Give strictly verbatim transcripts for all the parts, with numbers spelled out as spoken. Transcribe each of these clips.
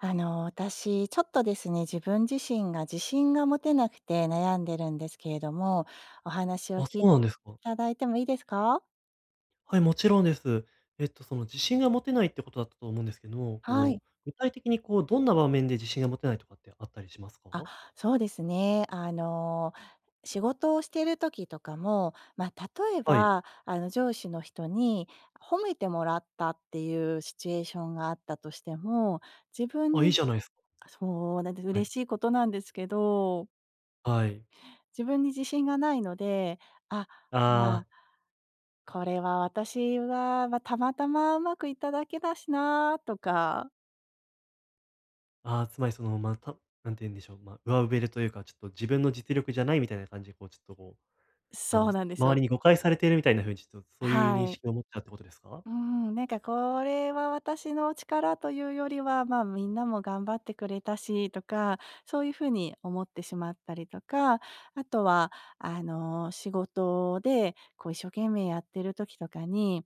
あの、私、ちょっとですね、自分自身が自信が持てなくて悩んでるんですけれども、お話をあ、そ聞いてうなんですか。いただいてもいいですか？はい、もちろんです。えっと、その自信が持てないってことだったと思うんですけども、はこい。う、具体的にこう、どんな場面で自信が持てないとかってあったりしますか？あ、そうですね。あの、仕事をしてる時とかも、まあ、例えはい。ば、あの、上司の人に褒めてもらったっていうシチュエーションがあったとしても、自分あ、いいにじゃないですか。そうなんです、はい。嬉しいことなんですけど、はい。自分に自信がないので、あ、あーまああこれは私は、まあ、たまたまうまくいっただけだしなとか、ー、あつまりその、まあ、たなんて言うんでしょう、まあ、上辺というか、ちょっと自分の実力じゃないみたいな感じで、こう、ちょっとこう、あその、うなんです周よ。りに誤解されているみたいな風に、ちょっとそういう認はい。識を持っちゃうってことですか？うん、なんかこれは私の力というよりは、ま、みんなも頑張ってくれたしとか、そういう風に思ってしまったりとか、あとはあの、仕事でこう一生懸命やってる時とかに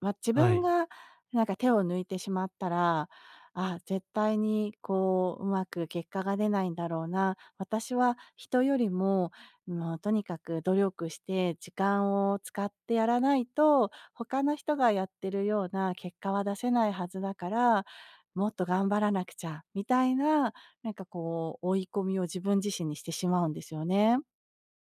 ま、自は分い。がなんか手を抜いてしまったら、あ、絶対にこう、うまく結果が出ないんだろうな、私は人よりも、もうとにかく努力して時間を使ってやらないと、他の人がやってるような結果は出せないはずだから、もっと頑張らなくちゃみたいな、なんかこう追い込みを自分自身にしてしまうんですよね。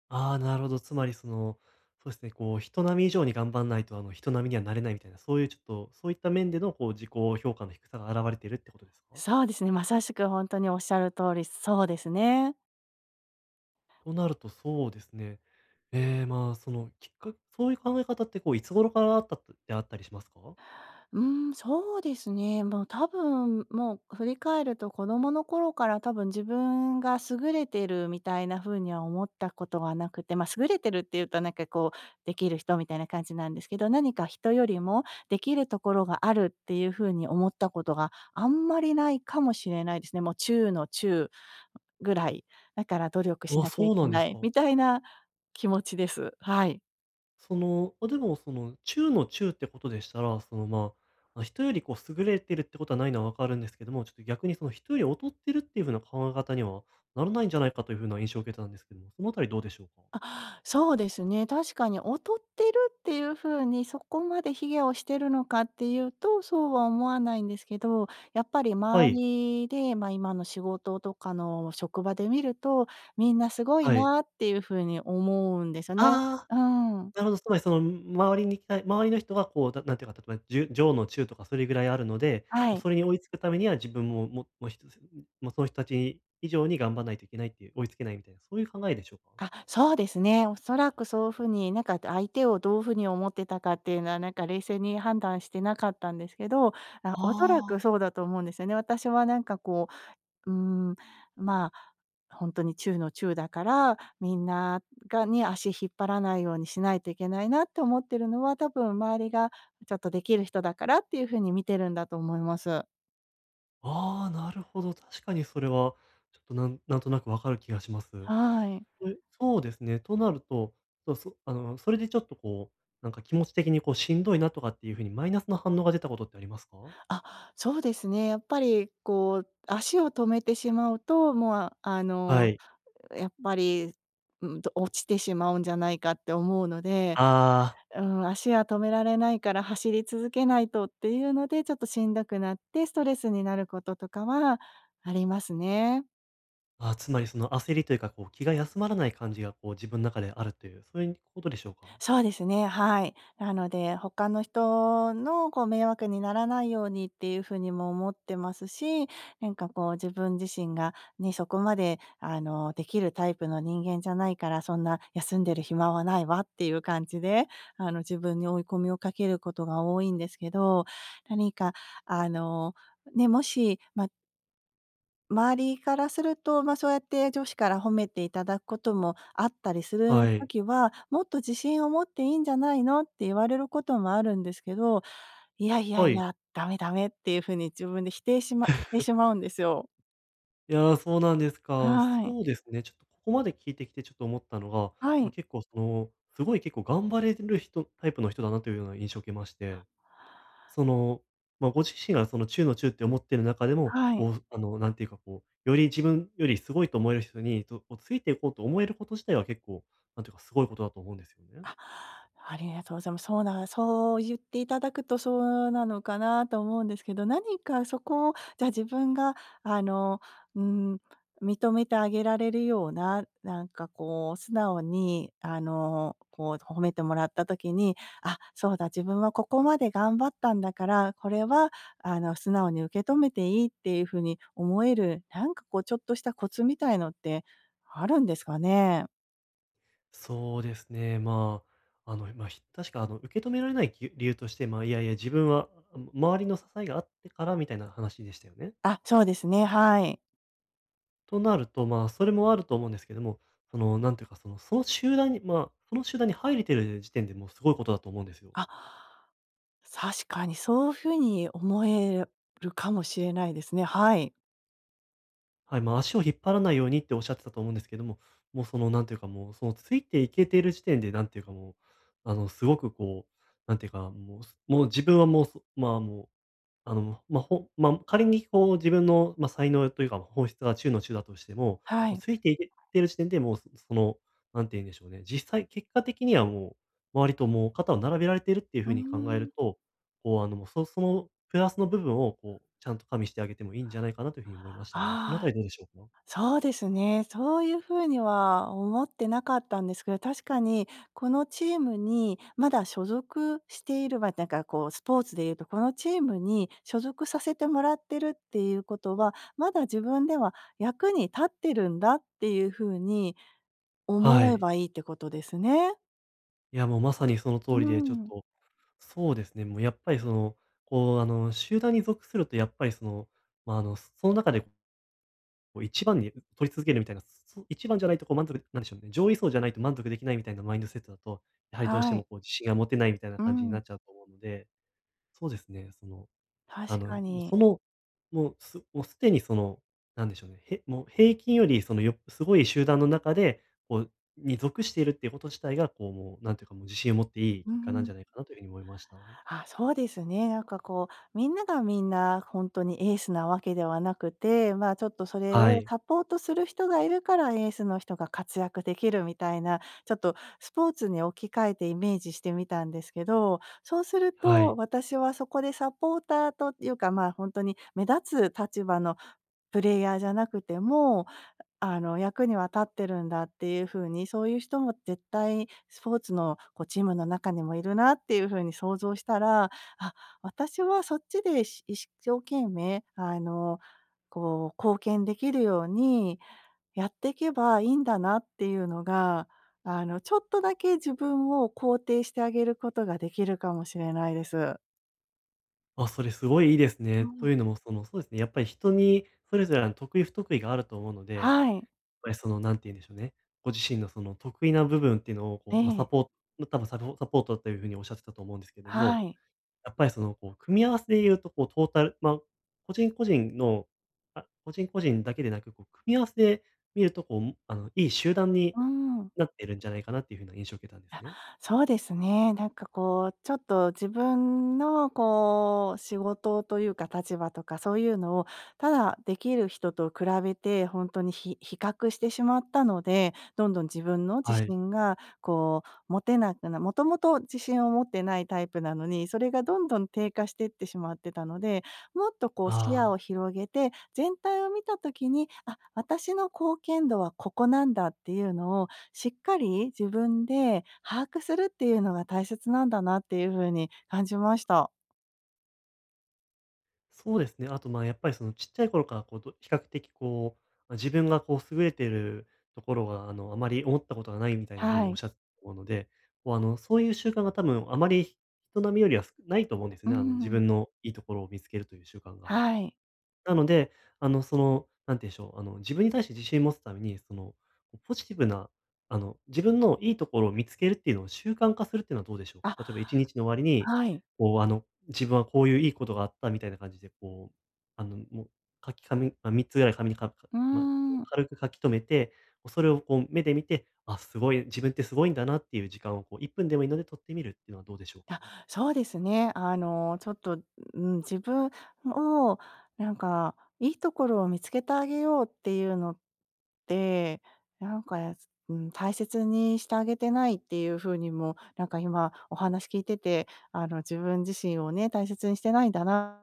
ああ、なるほど。つまりその、そうですね、こう、人並み以上に頑張んないと、あの、人並みにはなれないみたいな、そういうちょっと、そういった面での、こう、自己評価の低さが現れているってことですか？そうですね、まさしくほんとにおっしゃる通り、そうですね。となると、そうですね。えーまあ、その、きっかけそういう考え方って、こう、いつ頃からあったってあったりしますか？うーん、そうですね。もう多分、もう振り返ると子供の頃から多分自分が優れてるみたいな風には思ったことはなくて、ま、優れてるっていうとなんかこうできる人みたいな感じなんですけど、何か人よりもできるところがあるっていう風に思ったことがあんまりないかもしれないですね。もう中の中ぐらい、だから努力しあ、なきゃそいうなけんでなすいか。みたいな気持ちです。はい。その、あでもその中の中ってことでしたら、その、まあ、あ、人よりこう優れてるってことはないのは分かるんですけども、ちょっと逆にその人より劣ってるっていう風な考え方にはならないんじゃないかという風な印象を受けたんですけども、そのあたりどうでしょうか？そうですね、確かに劣ってるっていう風にそこまで卑下をしてるのかっていうと、そうは思わないんですけど、やっぱりは周い、りで、まあ、今の仕事とかの職場で見ると、みんなすごいはい。なっていう風に思うんですよね。ああ、うん。なるほど、つまりその周りに期待周りの人がこう、だなんていうか、例えばじゅ上の中とかそれぐらいあるので、はこうい。それに追いつくためには自分も、ももう一つもうその人たち以上に頑張らないといけないっていう、追いつけないみたいな、そういう考えでしょうか？あ、そうですね。おそらくそういう風に、なんか相手をどういう風に思ってたかっていうのは、なんか冷静に判断してなかったんですけど、あ、おそらああくー。そうだと思うんですよね。私はなんかこううーん、まあ、本当に中の中だから、みんながに足引っ張らないようにしないといけないなって思ってるのは、多分周りがちょっとできる人だからっていう風に見てるんだと思います。ああ、なるほど。確かにそれは、ちょっとなんなんとなくわかる気がします。はい。え、そうですね。となると、そうそあの、それでちょっとこう、なんか気持ち的にこうしんどいなとかっていう風にマイナスの反応が出たことってありますか？あ、そうですね。やっぱりこう、足を止めてしまうと、もう、あはの、い。やっぱり、うんと、落ちてしまうんじゃないかって思うのであーうん、足は止められないから走り続けないとっていうので、ちょっとしんどくなってストレスになることとかはありますね。あー、つまりその焦りというか、こう気が休まらない感じがこう自分の中であるという、そういうことでしょうか？そうですね、はい。なので、他の人のこう迷惑にならないようにっていう風にも思ってますし、なんかこう自分自身がね、そこまであの、できるタイプの人間じゃないから、そんな休んでる暇はないわっていう感じで、あの、自分に追い込みをかけることが多いんですけど、何かあの、ね、もし、ま、周りからすると、まあ、そうやって上司から褒めていただくこともあったりすはるい。時は、もっと自信を持っていいんじゃないのって言われることもあるんですけど、いやいやはいい。や、ダメダメっていうふうに自分で否定しましてしまうんですよ。いやー、そうなんですか。はい。そうですね、ちょっとここまで聞いてきてちょっと思ったのが、もはうい。結構その、すごい結構頑張れる人タイプの人だなというような印象を受けまして、その、まあ、ご自身がその中の中って思ってる中でも、はい。こう、あの、なんていうかこう、より自分よりすごいと思える人に、と、こうついていこうと思えること自体は結構、なんていうか、すごいことだと思うんですよね。あ、ありがとうございます。そうなそう言っていただくとそうなのかなと思うんですけど、何かそこを、じゃあ自分があの、うん、認めてあげられるような、なんかこう素直にあの、こう褒めてもらった時に、あ、そうだ、自分はここまで頑張ったんだから、これはあの素直に受け止めていいっていうふうに思える、なんかこうちょっとしたコツみたいのってあるんですかね？そうですね、まあ、あの、まあ、ひ確かあの、受け止められない理由として、まあ、いやいや、自分は、あ、周りの支えがあってからみたいな話でしたよね？あ、そうですね、はい。となると、まあ、それもあると思うんですけども、その、なんていうか、その、その集団に、まあ、その集団に入れてる時点でもうすごいことだと思うんですよ。あ、確かにそういうふうに思えるかもしれないですね。はい。はい、まあ、足を引っ張らないようにっておっしゃってたと思うんですけども、もうその、なんていうか、もう、その、ついていけている時点で、なんていうかもう、あの、すごくこう、なんていうか、もう、もう自分はもうそ、まあもう、あの、まあ、ほまあ、仮にこう自分の、まあ、才能というか、本質が中の中だとしても、はこうい。ついていけてる時点でもう、そその、何て言うんでしょうね、実際結果的にはもう、周りともう肩を並べられているっていううー風に考えるん。と、こうあの、もうそそのプラスの部分をこう、ちゃんと加味してあげてもいいんじゃないかなというふうに思いましたが、そのあたああ、りどうでしょうか？そうですね。そういうふうには思ってなかったんですけど、確かにこのチームにまだ所属している、まあ、なんかこうスポーツでいうと、このチームに所属させてもらってるっていうことは、まだ自分では役に立ってるんだっていうふうには思えい。ばいいってことですね。いやもうまさにその通うりで、ちょっん。と、そうですね、もうやっぱりその、こうあの、集団に属するとやっぱりその、まあ、あの、その中でこう一番に取り続けるみたいな、そ一番じゃないとこう満足なんでしょうね、上位層じゃないと満足できないみたいなマインドセットだと、やはりどうしはてもい。こう自信が持てないみたいなう感じになん。っちゃうと思うので、そうですね、その、あ確の、かそに。の、もうすもうすでにその、なんでしょうね、へもう平均よりそのよすごい集団の中で、こう、に属しているっていうこと自体が、こうもう、なんていうかもう自信を持っていいう結果なんんうん。じゃないかなというふうに思いました。あ、そうですね。なんかこう、みんながみんな本当にエースなわけではなくて、まあ、ちょっとそれはをい。サポートする人がいるから、エースの人が活躍できるみたいな、ちょっとスポーツに置き換えてイメージしてみたんですけど、そうするはと、い。私はそこでサポーターというか、まあ、本当に目立つ立場のプレイヤーじゃなくてもあの、役には立ってるんだっていう風に、そういう人も絶対スポーツのこうチームの中にもいるなっていう風に想像したら、あ、私はそっちでし一生懸命あの、こう貢献できるようにやっていけばいいんだなっていうのが、あの、ちょっとだけ自分を肯定してあげることができるかもしれないです。あ、それすごいいいですうね。とん。いうのも、その、そうですね、やっぱり人にそれぞれ、の、得意不得意があると思うので、やっはい。ぱりその、何て言うんでしょうね、ご自身のその得意な部分っていうのを、こえう、まあ、サえ。ポートま多分サポサポートというふうにおっしゃってたと思うんですけどはも、い。やっぱりその、こう、組み合わせで言うと、こう、トータル、まあ、個人個人の、あ、個人個人だけでなく、こう、組み合わせで見ると、こう、あの、いい集団にうん。なっているんじゃないかなっていうふうな印象を受けたんですあ、ね。そうですね。なんかこう、ちょっと自分のこう、仕事というか立場とかそういうのを、ただできる人と比べてほんとにひ比較してしまったので、どんどん自分の自はい。信がこう持てなくなもともと自信を持ってないタイプなのに、それがどんどん低下してってしまってたので、もっとこう視野をああ。広げて、全体を見た時に、あ、私の貢献度はここなんだっていうのしっかり自分で把握するっていうのが大切なんだなっていう風に感じました。そうですね。あと、まあ、やっぱりそのちっちゃい頃からこうど比較的こう、ま自分がこう優れているところが、あの、あまり思ったことがないみたいな風はにおっい。しゃってたと思うので、こう、あの、そういう習慣が多分あまり人並みよりは少ないと思うんですうね。あの、自ん。分のいいところを見つけるという習慣が。はい。なので、あの、その、なんて言うんでしょう、あの、自分に対して自信を持つために、その、ポジティブな、あの、自分のいいところを見つけるっていうのを習慣化するっていうのはどうでしょうか？例えばあ、いちにちの終わりに、はい。こう、あの、自分はこういういいことがあったみたいな感じで、こう、あの、もう、書きかみまあ、みっつぐらい紙にかかうーまあ、ん。軽く書き留めて、それをこう目で見て、あ、すごい、自分ってすごいんだなっていう時間をこういっぷんでもいいので取ってみるっていうのはどうでしょうか？あ、そうですね。あの、ちょっと、うん、自分をなんか、いいところを見つけてあげようっていうのって、なんか、うん、大切にしてあげてないっていう風にも、なんか今お話聞いてて、あの、自分自身をね、大切にしてないんだな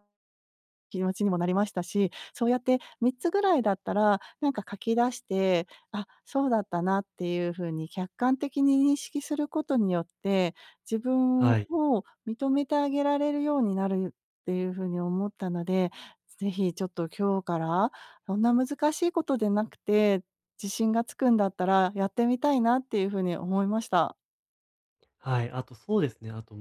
気持ちにもなりましたし、そうやってみっつぐらいだったら、なんか書き出して、あ、そうだったなっていう風に客観的に認識することによって、自分をはい。認めてあげられるようになるっていう風に思ったので、ぜひちょっと今日から、そんな難しいことでなくて、自信がつくんだったらやってみたいなっていう風に思いました。はい、あとそうですね、あと、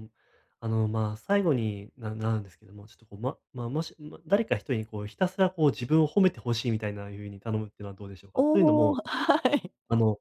あの、まあ、最後にななんですけども、ちょっとこう、ま、まあ、もし、ま、誰か一人にこう、ひたすらこう自分を褒めてほしいみたいな風に頼むっていうのはどうでしょうか？というのおお、も、はい。あの、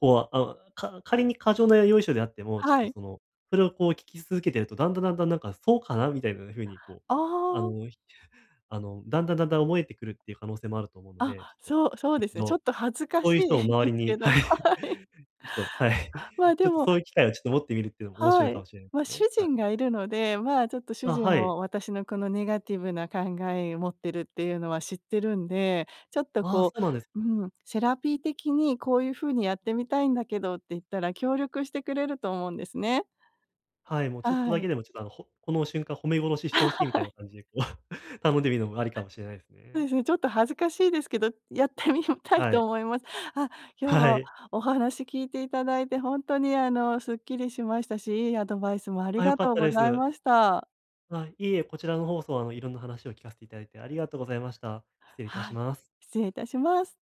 こう、あ、か仮に過剰なよいしょであっても、ちょっはとい。その、それをこう聞き続けてると、だんだんだんだんなんか、そうかなみたいな風にこあう、ああ。の、ひ あの、だんだんだんだん思えてくるっていう可能性もあると思うのあ、で、ちょっと、そう、そうです一ね。ちょ度、っと恥ずかそうしいういん人をで周りすけにど、ははい、い。ちょっと、はい、まあ、ちでょっともそういう機会をちょっと持ってみるっていうのも面白はいかい。もしれないでま、すね。主は人がい。いるので、まあ、ちょっと主あ、人はい。も私のこのネガティブな考えを持ってるっていうのは知ってるんで、ちょっとああ、こそうなんですう、か。うん、セラピー的にこういうふうにやってみたいんだけどって言ったら、協力してくれると思うんですね。はい、もうちょっとはだい。けでも、ちょっと、あの、ほこの瞬間褒め殺しして欲しいみたいな感じで、こう 頼んでみるのもありかもしれないですそうね。ですね、ちょっと恥ずかしいですけど、やってみ たいはとい。思います。あ、今日ははい。お話聞いていただいて、本当にあの、すっきりしましたし、いいアドバイスもありあ、良がかっとうたごでざいす。ました。あ、いいえ、こちらの放送あの、いろんな話を聞かせていただいてありがとうございました。失礼いたはしい、ます。失礼いたします。